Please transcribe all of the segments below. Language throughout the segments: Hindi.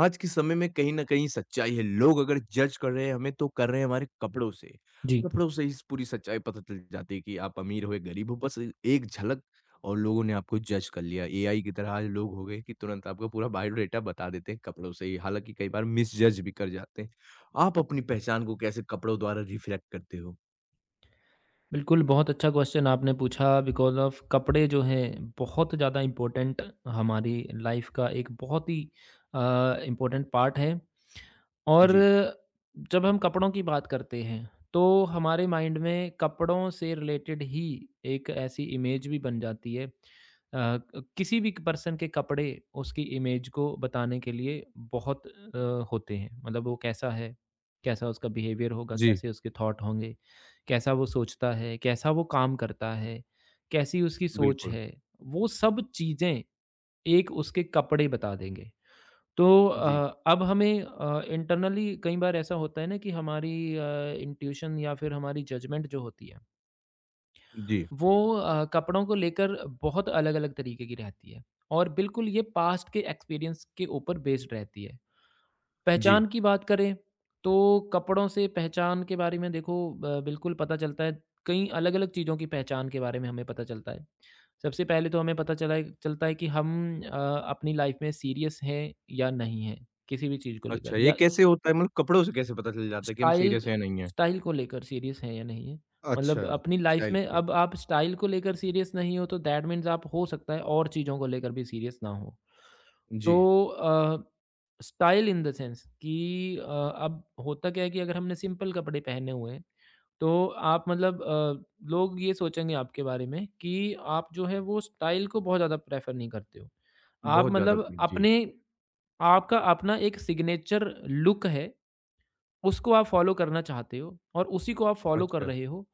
आज के समय में कहीं न कहीं सच्चाई है। लोग अगर जज कर रहे हैं हमें तो कर रहे हैं हमारे कपड़ों से। जी, कपड़ों से ही पूरी सच्चाई पता चल जाती है कि आप अमीर हो या गरीब हो बस एक झलक और लोगों ने आपको जज कर लिया। एआई की तरह आज लोग हो गए कि तुरंत आपका पूरा बायोडाटा बता देते हैं कपड़ों से ही। हालाँकि कई बार मिसजज भी कर जाते हैं। आप अपनी पहचान को कैसे कपड़ों द्वारा रिफ्लेक्ट करते हो? बिल्कुल बहुत अच्छा क्वेश्चन आपने पूछा बिकॉज़ ऑफ़ कपड़े जो हैं बहुत ज़्यादा इम्पोर्टेंट हमारी लाइफ़ का एक बहुत ही अ, इम्पोर्टेंट पार्ट है। और जी। जब हम कपड़ों की बात करते हैं, तो हमारे माइंड में कपड़ों से रिलेटेड ही एक ऐसी इमेज भी बन जाती है। अ, क किसी भी पर्सन के कपड़े उसकी इमेज को बताने के लिए बहुत होते हैं। मतलब वो कैसा है, कैसा उसका बिहेवियर होगा, जी, कैसे उसके थॉट होंगे, कैसा वो सोचता है, कैसा वो काम करता है, कैसी उसकी सोच बिल्कुल। है, वो सब चीज़ें एक उसके कपड़े बता देंगे। तो जी, अब हमें इंटरनली कई बार ऐसा होता है ना कि हमारी इंट्यूशन या फिर हमारी जजमेंट जो होती है जी, वो कपड़ों को लेकर बहुत अलग-अलग तरीके की रहती है और बिल्कुल ये पास्ट के एक्सपीरियंस के ऊपर बेस्ड रहती है। जी। पहचान की बात करें तो कपड़ों से पहचान के बारे में देखो, बिल्कुल पता चलता है, कई अलग-अलग चीज़ों की पहचान के बारे में हमें पता चलता है। सबसे पहले तो हमें पता चला चलता है कि हम अ, अपनी लाइफ में सीरियस हैं या नहीं हैं किसी भी चीज़ को लेकर, अच्छा, ये या कैसे होता है मतलब कपड़ों से कैसे पता चल जाता है कि हम स्टाइल सीरियस हैं या नहीं हैं? स्टाइल को लेकर सीरियस हैं या नहीं है? अच्छा। मतलब अपनी लाइफ स्टाइल में पे। अब आप स्टाइल को लेकर सीरियस नहीं हो तो दैट मीन्स आप हो सकता है और चीज़ों को लेकर भी सीरियस ना हो। जी। तो स्टाइल इन द सेंस कि अब होता क्या है कि अगर हमने सिंपल कपड़े पहने हुए हैं, तो आप मतलब, लोग ये सोचेंगे आपके बारे में कि आप जो है वो स्टाइल को बहुत ज़्यादा प्रेफ़र नहीं करते हो। आप बहुत ज़्यादा मतलब पनीर, जी। अपने, आपका अपना एक सिग्नेचर लुक है, उसको आप फ़ॉलो करना चाहते हो और उसी को आप फ़ॉलो कर अच्छा। रहे हो,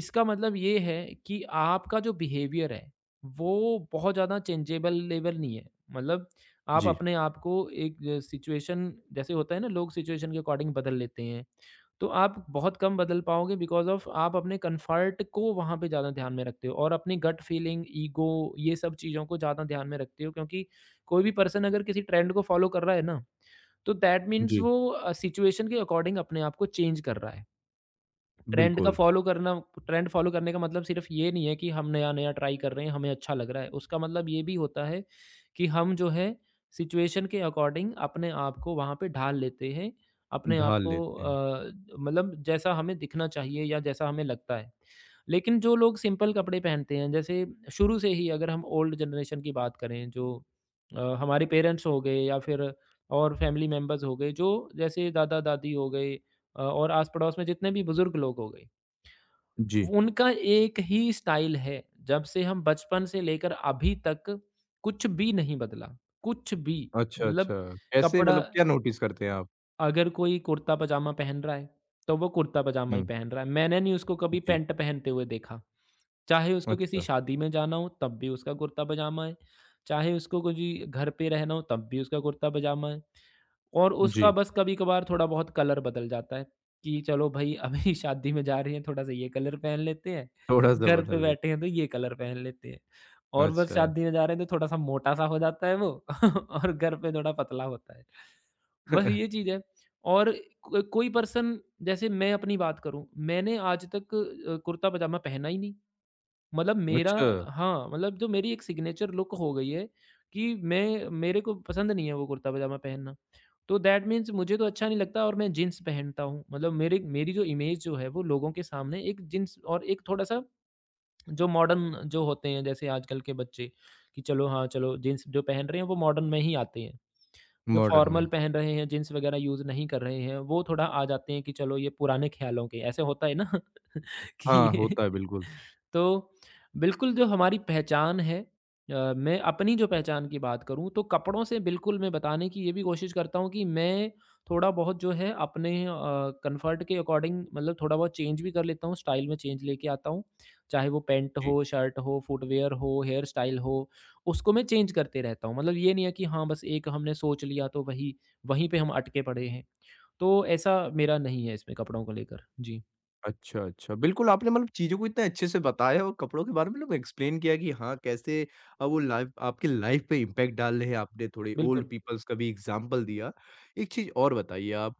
इसका मतलब ये है कि आपका जो बिहेवियर है, वो बहुत ज़्यादा चेंजेबल लेवल नहीं है। मतलब आप जी, अपने आप को एक सिचुएशन, जैसे होता है ना लोग सिचुएशन के अकॉर्डिंग बदल लेते हैं, तो आप बहुत कम बदल पाओगे बिकॉज़ ऑफ़ आप अपने कम्फ़र्ट को वहाँ पे ज़्यादा ध्यान में रखते हो और अपनी गट फीलिंग, ईगो, ये सब चीज़ों को ज़्यादा ध्यान में रखते हो, क्योंकि कोई भी पर्सन अगर किसी ट्रेंड को फ़ॉलो कर रहा है ना, तो दैट मीन्स जी, वो सिचुएशन के अकॉर्डिंग अपने आप को चेंज कर रहा है। ट्रेंड का बिल्कुल, फ़ॉलो करना ट्रेंड फ़ॉलो करने का मतलब सिर्फ़ ये नहीं है कि हम नया-नया ट्राई कर रहे हैं, हमें अच्छा लग रहा है। उसका मतलब ये भी होता है कि हम जो है सिचुएशन के अकॉर्डिंग अपने आप को वहाँ पे ढाल लेते हैं, अपने आप ढाल को लेते हैं। मतलब जैसा हमें दिखना चाहिए या जैसा हमें लगता है। लेकिन जो लोग सिंपल कपड़े पहनते हैं, जैसे शुरू से ही अगर हम ओल्ड जनरेशन की बात करें, जो हमारे पेरेंट्स हो गए या फिर और फैमिली मेंबर्स हो गए, जो जैसे दादा-दादी हो गए, और आस-पड़ोस में जितने भी बुज़ुर्ग लोग हो गए, जी। उनका एक ही स्टाइल है। जब से हम बचपन से लेकर अभी तक, कुछ भी नहीं बदला, कुछ भी। अच्छा, मतलब अच्छा। कैसे कपड़ा, मतलब क्या नोटिस करते हैं आप? अगर कोई कुर्ता-पजामा पहन रहा है, तो वो कुर्ता-पजामा ही हुँ। पहन रहा है। मैंने नहीं उसको कभी जी। पैंट पहनते हुए देखा। चाहे उसको किसी अच्छा। शादी में जाना हो, तब भी उसका कुर्ता-पजामा है। चाहे उसको कुछ घर पे रहना हो, तब भी उसका कुर्ता-पजामा है। और उसका जी, बस कभी-कभार थोड़ा बहुत कलर बदल जाता है, कि चलो भई अभी शादी में जा रहे हैं, थोड़ा-सा ये कलर पहन लेते हैं, थोड़ा-सा घर पे बदल लेते बैठे हैं तो ये कलर पहन लेते हैं। हैं। और बस अच्छा। शादी में जा रहे हैं तो थोड़ा-सा मोटा-सा हो जाता है वो, और घर पे थोड़ा पतला होता है। बस ये चीज़ है। और को कोई पर्सन, जैसे मैं अपनी बात करूँ, मैंने आज तक कुर्ता-पजामा पहना ही नहीं। मतलब मेरा, अच्छा, हाँ, मतलब जो मेरी एक सिग्नेचर लुक हो गई है कि मैं मेरे को पसंद नहीं है वो कुर्ता-पजामा पहनना। तो दैट मीन्स मुझे तो अच्छा नहीं लगता और मैं जीन्स पहनता हूँ। मतलब मेरे मेरी जो इमेज जो है वो लोगों के सामने एक जीन्स और एक थोड़ा-सा, जो मॉडर्न जो होते हैं जैसे आजकल के बच्चे, कि चलो हाँ, चलो जीन्स जो पहन रहे हैं वो मॉडर्न में ही आते हैं। जो मॉडर्न फॉर्मल में। पहन रहे हैं, जीन्स वगैरह यूज़ नहीं कर रहे हैं, वो थोड़ा आ जाते हैं कि चलो ये पुराने ख्यालों के, ऐसे होता है ना। हाँ, कि होता है बिल्कुल। तो बिल्कुल जो हमारी पहचान है, मैं अपनी जो पहचान की बात करूँ तो कपड़ों से बिल्कुल मैं बताने की ये भी कोशिश करता हूँ कि मैं थोड़ा बहुत जो है अपने कंफर्ट के अकॉर्डिंग, मतलब थोड़ा बहुत चेंज भी कर लेता हूँ, स्टाइल में चेंज लेके आता हूँ, चाहे वो पैंट जी। हो, शर्ट हो, फुटवेयर हो, हेयर स्टाइल हो, उसको मैं चेंज करते रहता हूँ। मतलब ये नहीं है कि हाँ बस एक हमने सोच लिया तो वहीं पे हम अटके पड़े हैं। तो ऐसा मेरा नहीं है इसमें कपड़ों को लेकर। जी। अच्छा, अच्छा। बिल्कुल, आपने मतलब चीज़ों को इतने अच्छे से बताया और कपड़ों के बारे में मतलब एक्सप्लेन किया कि हाँ, कैसे वो लाइफ आपकी लाइफ पे इम्पैक्ट डाल रहे हैं। आपने थोड़े ओल्ड बिल्कुल। पीपल्स का भी एग्ज़ाम्पल दिया। एक चीज़ और बताइए आप।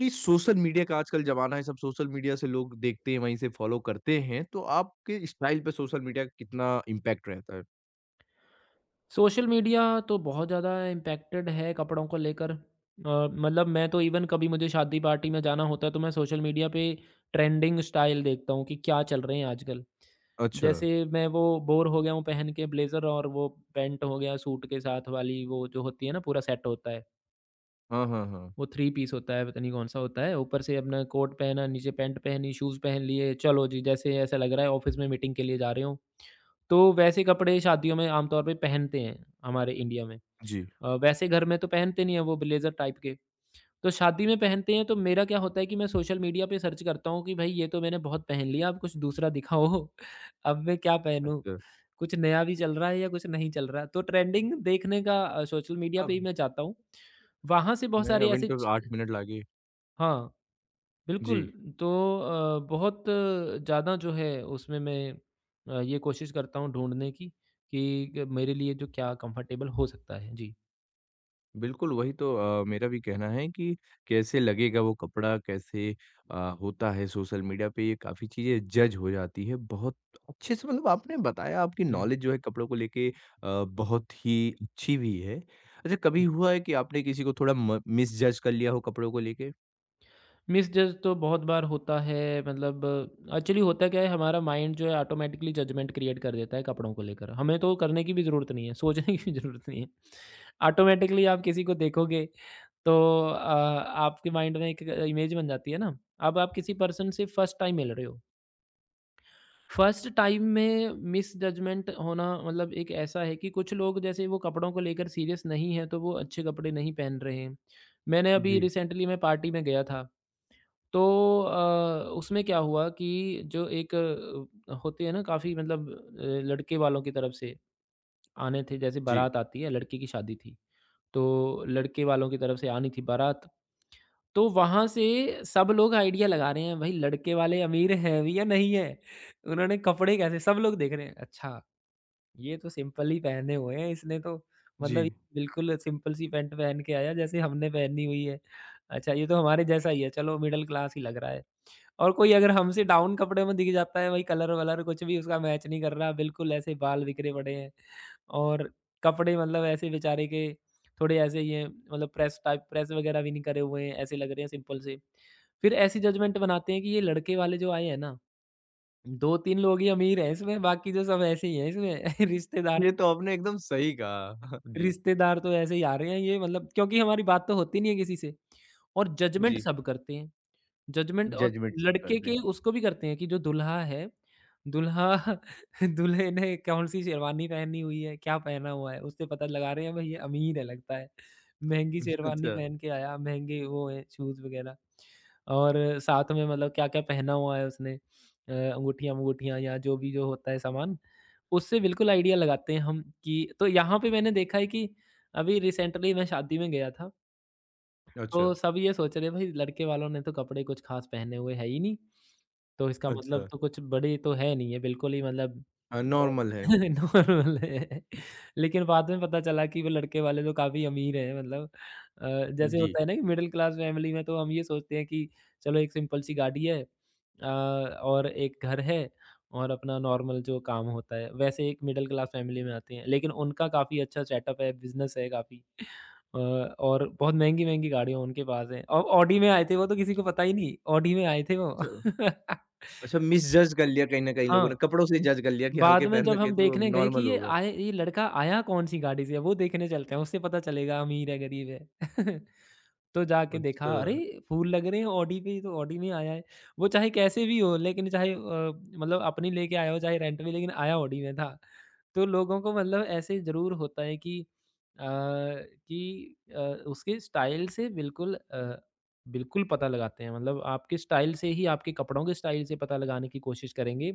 ये सोशल मीडिया का आजकल ज़माना है, सब सोशल मीडिया से लोग देखते हैं, वहीं से फ़ॉलो करते हैं, तो आपके स्टाइल पे सोशल मीडिया का कितना इम्पैक्ट रहता है? सोशल मीडिया तो बहुत ज़्यादा इम्पैक्टेड है कपड़ों को लेकर। मतलब मैं तो इवन कभी मुझे शादी पार्टी में जाना होता है तो मैं सोशल मीडिया पे ट्रेंडिंग स्टाइल देखता हूँ कि क्या चल रहे हैं आजकल। अच्छा। जैसे मैं वो बोर हो गया हूँ पहन के, ब्लेजर और वो पैंट हो गया सूट के साथ वाली, वो जो होती है ना पूरा सेट होता है, हाँ, हाँ, हाँ। वो थ्री पीस होता है, पता नहीं कौन सा होता है, ऊपर से अपना कोट पहना, नीचे पैंट पहनी, शूज़ पहन लिए, चलो जी, जैसे ऐसा लग रहा है ऑफिस में मीटिंग के लिए जा रहे हो। तो वैसे कपड़े शादियों में आमतौर पे पहनते हैं हमारे इंडिया में। जी। वैसे घर में तो पहनते नहीं है वो ब्लेज़र टाइप के, तो शादी में पहनते हैं। तो मेरा क्या होता है कि मैं सोशल मीडिया पे सर्च करता हूँ कि भाई, ये तो मैंने बहुत पहन लिया, अब कुछ दूसरा दिखाओ। अब मैं क्या पहनूँ? अच्छा। कुछ नया भी चल रहा है या कुछ नहीं चल रहा है? तो ट्रेंडिंग देखने का, सोशल मीडिया पे ही अब मैं जाता हूँ। वहाँ से बहुत नहीं, सारे अभी ऐसे तो च 8 मिनट लागे। हाँ, जी। बिल्कुल। तो बहुत ज़्यादा जो है उसमें मैं ये कोशिश करता हूँ ढूँढने की कि ग मेरे लिए जो क्या कम्फ़र्टेबल हो सकता है। जी। बिल्कुल, वही तो मेरा भी कहना है कि कैसे लगेगा वो कपड़ा, कैसे अ, होता है सोशल मीडिया पे ये काफ़ी चीज़ें जज हो जाती है। बहुत अच्छे से मतलब आपने बताया आपकी हुँ। नॉलेज जो है कपड़ों को लेके बहुत ही अच्छी भी है। अच्छा, कभी हुआ है कि आपने किसी को थोड़ा म मिसजज कर लिया हो कपड़ों को लेके? मिसजज तो बहुत बार होता है। मतलब एक्चुअली होता क्या है, हमारा माइंड जो है ऑटोमेटिकली जजमेंट क्रिएट कर देता है कपड़ों को लेकर, हमें तो करने की भी ज़रूरत नहीं है, सोचने की भी ज़रूरत नहीं है। ऑटोमेटिकली आप किसी को देखोगे तो अ, आपके माइंड में एक इमेज बन जाती है ना। अब आप किसी पर्सन से फर्स्ट टाइम मिल रहे हो, फर्स्ट टाइम में मिस जजमेंट होना, मतलब एक ऐसा है कि कुछ लोग जैसे वो कपड़ों को लेकर सीरियस नहीं है तो वो अच्छे कपड़े नहीं पहन रहे हैं। मैंने अभी जी, रिसेंटली मैं पार्टी में गया था। तो उसमें क्या हुआ कि जो एक होती है ना काफ़ी, मतलब लड़के वालों की तरफ से आने थे, जैसे जी, बारात आती है, लड़के की शादी थी। तो लड़के वालों की तरफ से आनी थी बारात। तो वहाँ से सब लोग आइडिया लगा रहे हैं, भाई लड़के वाले अमीर हैं भी या नहीं है? उन्होंने कपड़े कैसे, सब लोग देख रहे हैं, अच्छा ये तो सिंपल ही पहने हुए हैं, इसने तो, जी। मतलब ये बिल्कुल सिंपल सी पैंट पहन के आया जैसे हमने पहनी हुई है। अच्छा, ये तो हमारे जैसा ही है, चलो मिडल क्लास ही लग रहा है। और कोई अगर हमसे डाउन कपड़े में दिख जाता है, वही कलर-वलर कुछ भी उसका मैच नहीं कर रहा, बिल्कुल ऐसे बाल बिखरे पड़े हैं, और कपड़े मतलब ऐसे बेचारे के थोड़े ऐसे ही हैं, मतलब प्रेस टाइप, प्रेस वगैरह भी नहीं करे हुए हैं, ऐसे लग रहे हैं सिंपल से। फिर ऐसी जजमेंट बनाते हैं कि ये लड़के वाले जो आए हैं ना, 2-3 लोग ही अमीर हैं इसमें, बाकी तो सब ऐसे ही हैं इसमें। रिश्तेदार ये तो आपने एकदम सही कहा। जी, रिश्तेदार तो ऐसे ही आ रहे हैं, ये मतलब क्योंकि हमारी बात तो होती नहीं है किसी से, और जजमेंट जी, सब करते हैं। जजमेंट, और जजमेंट सब लड़के करते हैं। के, उसको भी करते हैं कि जो दुल्हा है, दुल्हा दूल्हे ने कौन-सी शेरवानी पहनी हुई है, क्या पहना हुआ है, उससे पता लगा रहे हैं भाई ये अमीर है लगता है। महँगी शेरवानी अच्छा, पहन के आया, महँगे वो हैं शूज़ वग़ैरह। और साथ में मतलब क्या-क्या पहना हुआ है उसने, अंगूठियाँ-वंगूठियाँ या जो भी जो होता है सामान, उससे बिल्कुल आइडिया लगाते हैं हम कि, तो यहाँ पे मैंने देखा है कि अभी रिसेंटली मैं शादी में गया था। अच्छा, तो सब ये सोच रहे हैं, भाई लड़के वालों ने तो कपड़े कुछ ख़ास पहने हुए है ही नहीं, तो इसका मतलब अच्छा। तो कुछ बड़ी तो है नहीं है, बिल्कुल ही मतलब हाँ, नॉर्मल तो है। नॉर्मल है। लेकिन बाद में पता चला कि वो लड़के वाले तो काफ़ी अमीर हैं, मतलब जैसे जी, होता है ना कि मिडल क्लास फैमिली में तो हम ये सोचते हैं कि चलो एक सिंपल सी गाड़ी है, और एक घर है और अपना नॉर्मल जो काम होता है, वैसे एक मिडल क्लास फैमिली में आते हैं। लेकिन उनका काफ़ी अच्छा सेटअप है, बिज़नेस है काफ़ी। और बहुत महँगी-महँगी गाड़ियाँ उनके पास हैं। और ऑडी में आए थे वो, तो किसी को पता ही नहीं, ऑडी में आए थे वो। अच्छा। अच्छा, मिसजज कर लिया कहीं न कहीं हाँ। लोगों ने, कपड़ों से ही जज कर लिया कि हल्के बाद में पहन जब रखे हम तो देखने गए कि नॉर्मल ये होगा। आए, ये लड़का आया कौन-सी गाड़ी से है, वो देखने चलते हैं, उससे पता चलेगा अमीर है, गरीब है। तो जाके देखा, अच्छा, अरे! फूल लग रहे हैं ऑडी पे, ये तो ऑडी में आया है। वो चाहे कैसे भी हो, लेकिन चाहे मतलब अपनी लेके आया हो, चाहे रेंट में, लेकिन आया ऑडी में था। तो लोगों को मतलब ऐसे ज़रूर होता है कि अ, कि अ, उसके स्टाइल से बिल्कुल पता लगाते हैं। मतलब आपके स्टाइल से ही, आपके कपड़ों के स्टाइल से पता लगाने की कोशिश करेंगे।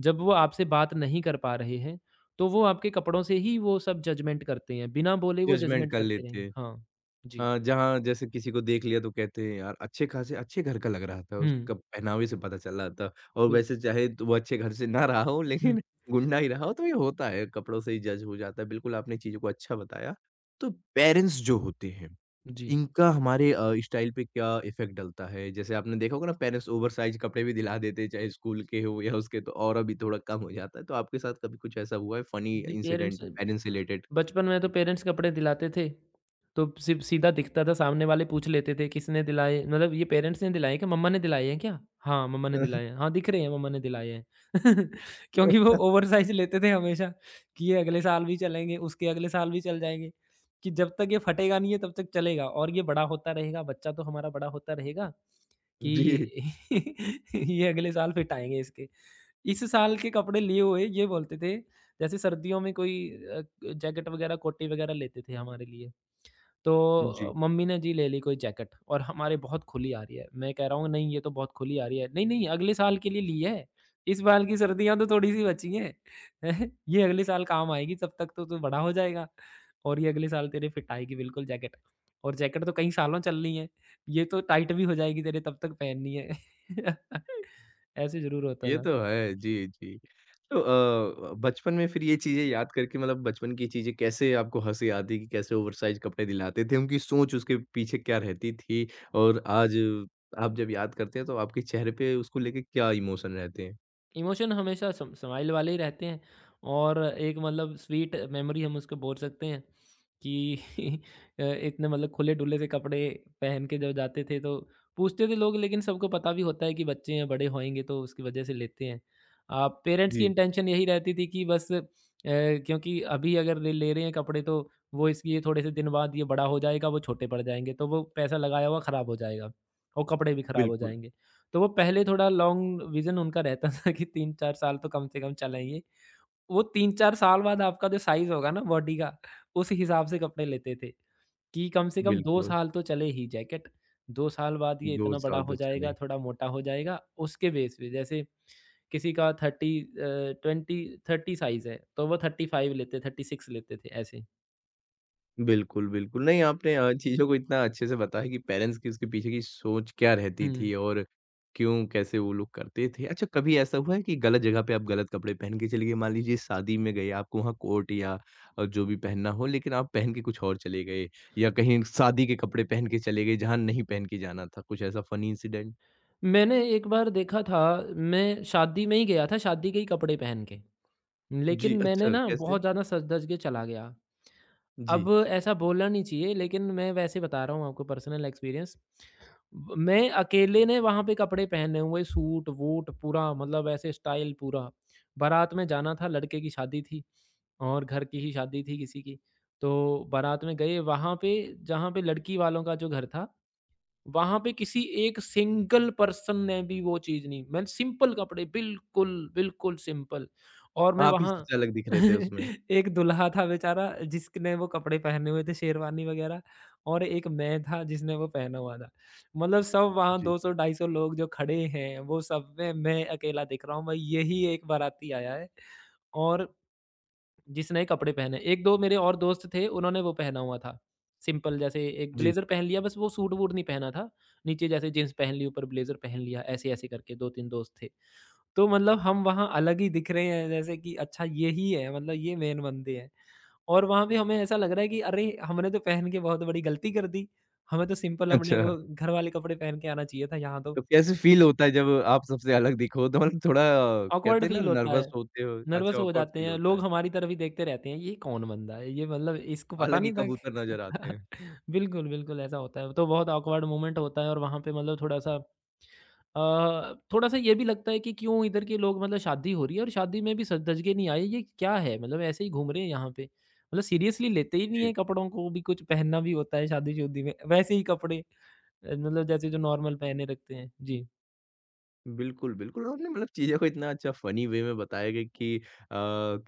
जब वो आपसे बात नहीं कर पा रहे हैं, तो वो आपके कपड़ों से ही वो सब जजमेंट करते हैं, बिना बोले वो जजमेंट जजमेंट कर करते लेते रहेंगे। हैं। हाँ, जी। जहाँ जैसे किसी को देख लिया तो कहते हैं यार अच्छे खासे अच्छे घर का लग रहा था, हुँ, उसके कप पहनावे से पता चल रहा था और बिल्कुल। वैसे चाहे तो वो अच्छे घर से ना रहा हो हुँ, लेकिन गुंडा ही रहा हो तो ये होता है, कपड़ों से ही जज हो जाता है। बिल्कुल आपने चीज़ों को अच्छा बताया। तो पेरेंट्स जो होते हैं जी। इनका हमारे स्टाइल पे क्या इफ़ेक्ट डलता है? जैसे आपने देखा होगा ना पेरेंट्स ओवरसाइज़ कपड़े भी दिला देते हैं, चाहे स्कूल के हो या उसके तो और अभी थोड़ा कम हो जाता है। तो आपके साथ कभी कुछ ऐसा हुआ है फ़नी जी, पेरेंट्स इंसिडेंट पेरेंट्स से रिलेटेड? बचपन में तो पेरेंट्स कपड़े दिलाते थे, तो सिर्फ़ सीधा दिखता था, सामने वाले पूछ लेते थे किसने दिलाए? मतलब ये पेरेंट्स ने दिलाए हैं क्या? मम्मा ने दिलाए हैं क्या? हाँ, मम्मा ने दिलाए हैं। हाँ, दिख रहे हैं मम्मा ने दिलाए हैं। क्योंकि वो ओवरसाइज़ लेते थे हमेशा कि ये अगले साल भी चलेंगे, उसके अगले साल भी चल जाएँगे, कि जब तक ये फटेगा नहीं है तब तक चलेगा और ये बड़ा होता रहेगा, बच्चा तो हमारा बड़ा होता रहेगा जी। कि ये ये अगले साल फिट आएँगे इसके। इस साल के कपड़े लिए हुए ये बोलते थे, जैसे सर्दियों में कोई अ, जैकेट वगैरह, कोटी वगैरह लेते थे हमारे लिए। जी, जी। तो मम्मी ने जी ले ली कोई जैकेट और हमारे बहुत खुली आ रही है। मैं कह रहा हूँ नहीं ये तो बहुत खुली आ रही है। नहीं, नहीं अगले साल के लिए ली है। इस बार की सर्दियाँ तो थोड़ी-सी बची हैं। ये अगले साल काम आएगी, तब तक तो तू बड़ा हो जाएगा और ये अगले साल तेरे फिट आएगी बिल्कुल जैकेट। और जैकेट तो कई सालों चलनी है। ये तो टाइट भी हो जाएगी तेरे, तब तक पहननी है। ऐसे ज़रूर होता ये था। तो है। जी, जी। तो बचपन में फिर ये चीज़ें याद करके मतलब बचपन की चीज़ें कैसे आपको हँसी आती कि कैसे ओवरसाइज़ कपड़े दिलाते थे? उनकी सोच उसके पीछे क्या रहती थी? और आज आप जब याद करते हैं तो आपके चेहरे पे उसको लेके क्या इमोशन रहते हैं? इमोशन हमेशा सम स्माइल वाले ही रहते हैं और एक मतलब स्वीट मेमोरी हम उसको बोल सकते हैं कि इतने मतलब खुले-डुले से कपड़े पहन के जब जाते थे, तो पूछते थे लोग, लेकिन सबको पता भी होता है कि बच्चे हैं, बड़े होएँगे तो उसकी वजह से लेते हैं। पेरेंट्स की जी, इंटेंशन यही रहती थी कि बस, क्योंकि अभी अगर ले ले रहे हैं कपड़े, तो वो इसलिए थोड़े से दिन बाद ये बड़ा हो जाएगा, वो छोटे पड़ जाएँगे, तो वो पैसा लगाया हुआ खराब हो जाएगा और कपड़े भी खराब हो बिल्कुल, जाएँगे। तो वो पहले थोड़ा लॉन्ग विज़न उनका रहता था कि 3-4 साल तो कम से कम चलेंगे। वो 3-4 साल बाद आपका जो साइज़ होगा ना बॉडी का, उस हिसाब से कपड़े लेते थे कि कम से कम 2 बिल्कुल, साल तो चले ही जैकेट। 2 साल बाद ये 2 इतना बड़ा साल हो तो जाएगा, चले। थोड़ा मोटा हो जाएगा, उसके बेस पे जैसे किसी का 20 30 साइज़ है, तो वो 35 लेते, 36 लेते थे ऐसे। बिल्कुल, बिल्कुल। नहीं, आपने चीज़ों को इतना अच्छे से बताया कि पेरेंट्स की उसके पीछे की सोच क्या रहती हुँ। थी और क्यों, कैसे वो लोग करते थे। अच्छा, कभी ऐसा हुआ है कि गलत जगह पे आप गलत कपड़े पहन के चले गए? मान लीजिए शादी में गए, आपको वहाँ कोट या जो भी पहनना हो, लेकिन आप पहन के कुछ और चले गए या कहीं शादी के कपड़े पहन के चले गए, जहाँ नहीं पहन के जाना था? कुछ ऐसा फ़नी इंसिडेंट? मैंने एक बार देखा था, मैं शादी में ही गया था, शादी के ही कपड़े पहन के। लेकिन जी, मैंने अच्छा, ना कैसे? बहुत ज़्यादा सच-धज के चला गया। अब जी, ऐसा बोलना नहीं चाहिए, लेकिन मैं वैसे बता रहा हूँ आपको पर्सनल एक्सपीरियंस। ब मैं अकेले ने वहाँ पे कपड़े पहने हुए सूट-वूट पूरा, मतलब ऐसे स्टाइल पूरा। बारात में जाना था, लड़के की शादी थी और घर की ही शादी थी किसी की। तो बारात में गए वहाँ पे, जहाँ पे लड़की वालों का जो घर था, वहाँ पे किसी एक सिंगल पर्सन ने भी वो चीज़ नहीं, मैंने सिंपल कपड़े बिल्कुल, बिल्कुल सिंपल और मैं आप ही वहाँ। सबसे अलग दिख रहे थे उसमें। एक दूल्हा था बेचारा जिसने वो कपड़े पहने हुए थे, शेरवानी वग़ैरह, और एक मैं था जिसने वो पहना हुआ था। मतलब सब वहाँ जी, 200 250 लोग जो खड़े हैं, वो सब में मैं अकेला दिख रहा हूँ भाई, यही एक बाराती आया है और जिस नए कपड़े पहने। 1-2 मेरे और दोस्त थे, उन्होंने वो पहना हुआ था, सिंपल जैसे एक जी, ब्लेज़र पहन लिया, बस वो सूट-वूट नहीं पहना था। नीचे जैसे जीन्स पहन ली, ऊपर ब्लेज़र पहन लिया, ऐसे-ऐसे करके 2-3 दोस्त थे। तो मतलब हम वहाँ अलग ही दिख रहे हैं, जैसे कि अच्छा यही है, मतलब ये मेन बंदे हैं। और वहाँ पे हमें ऐसा लग रहा है कि अरे! हमने तो पहन के बहुत बड़ी गलती कर दी। हमें तो सिंपल अपने अच्छा। वो घर वाले कपड़े पहन के आना चाहिए था यहाँ तो। तो कैसे फ़ील होता है जब आप सबसे अलग दिखो? तो मतलब थोड़ा, ऑकवर्ड कहते हैं ना फील होता नर्वस है। होते हो, अच्छा नर्वस हो ऑकवर्ड जाते फ़ील हैं, होता लोग है। हमारी तरफ ही देखते रहते हैं, ये कौन बंदा है? ये मतलब इसको पता अलग ही नहीं था कबूतर कि नज़र आते हैं। बिल्कुल, बिल्कुल ऐसा होता है। तो बहुत ऑकवर्ड मोमेंट होता है और वहाँ पे मतलब थोड़ा-सा। थोड़ा-सा ये भी लगता है कि क्यों इधर के लोग, मतलब शादी हो रही है और शादी में भी सज धज के नहीं आए, ये क्या है? मतलब ऐसे ही घूम रहे हैं यहाँ पे। मतलब सीरियसली लेते ही नहीं है जी। कपड़ों को भी, कुछ पहनना भी होता है शादी-शुदी में, वैसे ही कपड़े, मतलब जैसे जो नॉर्मल पहने रखते हैं। जी। बिल्कुल, बिल्कुल आपने मतलब चीज़ों को इतना अच्छा फ़नी वे में बताया गया कि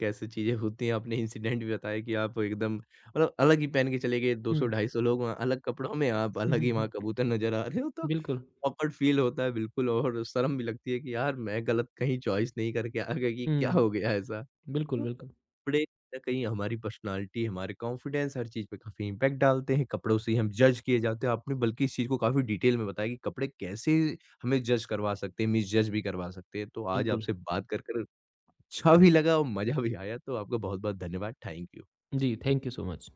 कैसे चीज़ें होती हैं। आपने इंसिडेंट भी बताया कि आप एकदम मतलब अलग ही पहन के चले गए, 200 हुँ। ढाई सौ लोग वहाँ अलग कपड़ों में, आप हुँ, अलग हुँ, ही वहाँ हुँ। कबूतर नज़र आ रहे हो तो बिल्कुल। ऑकवर्ड फ़ील होता है बिल्कुल और शर्म भी लगती है कि यार मैं गलत कहीं चॉइस नहीं करके आ गया कि क्या हुँ। हो गया ऐसा? बिल्कुल, तो बिल्कुल। कपड़े कहीं न कहीं हमारी पर्सनैलिटी, हमारे कॉन्फिडेंस हर चीज़ पे काफ़ी इम्पैक्ट डालते हैं, कपड़ों से ही हम जज किए जाते हैं। आपने बल्कि इस चीज़ को काफ़ी डिटेल में बताया कि कपड़े कैसे हमें जज करवा सकते हैं, मिसजज भी करवा सकते हैं। तो आज बिल्कुल। आपसे बात कर कर अच्छा भी लगा और मज़ा भी आया, तो आपका बहुत-बहुत धन्यवाद। Thank you. जी, थैंक यू सो मच।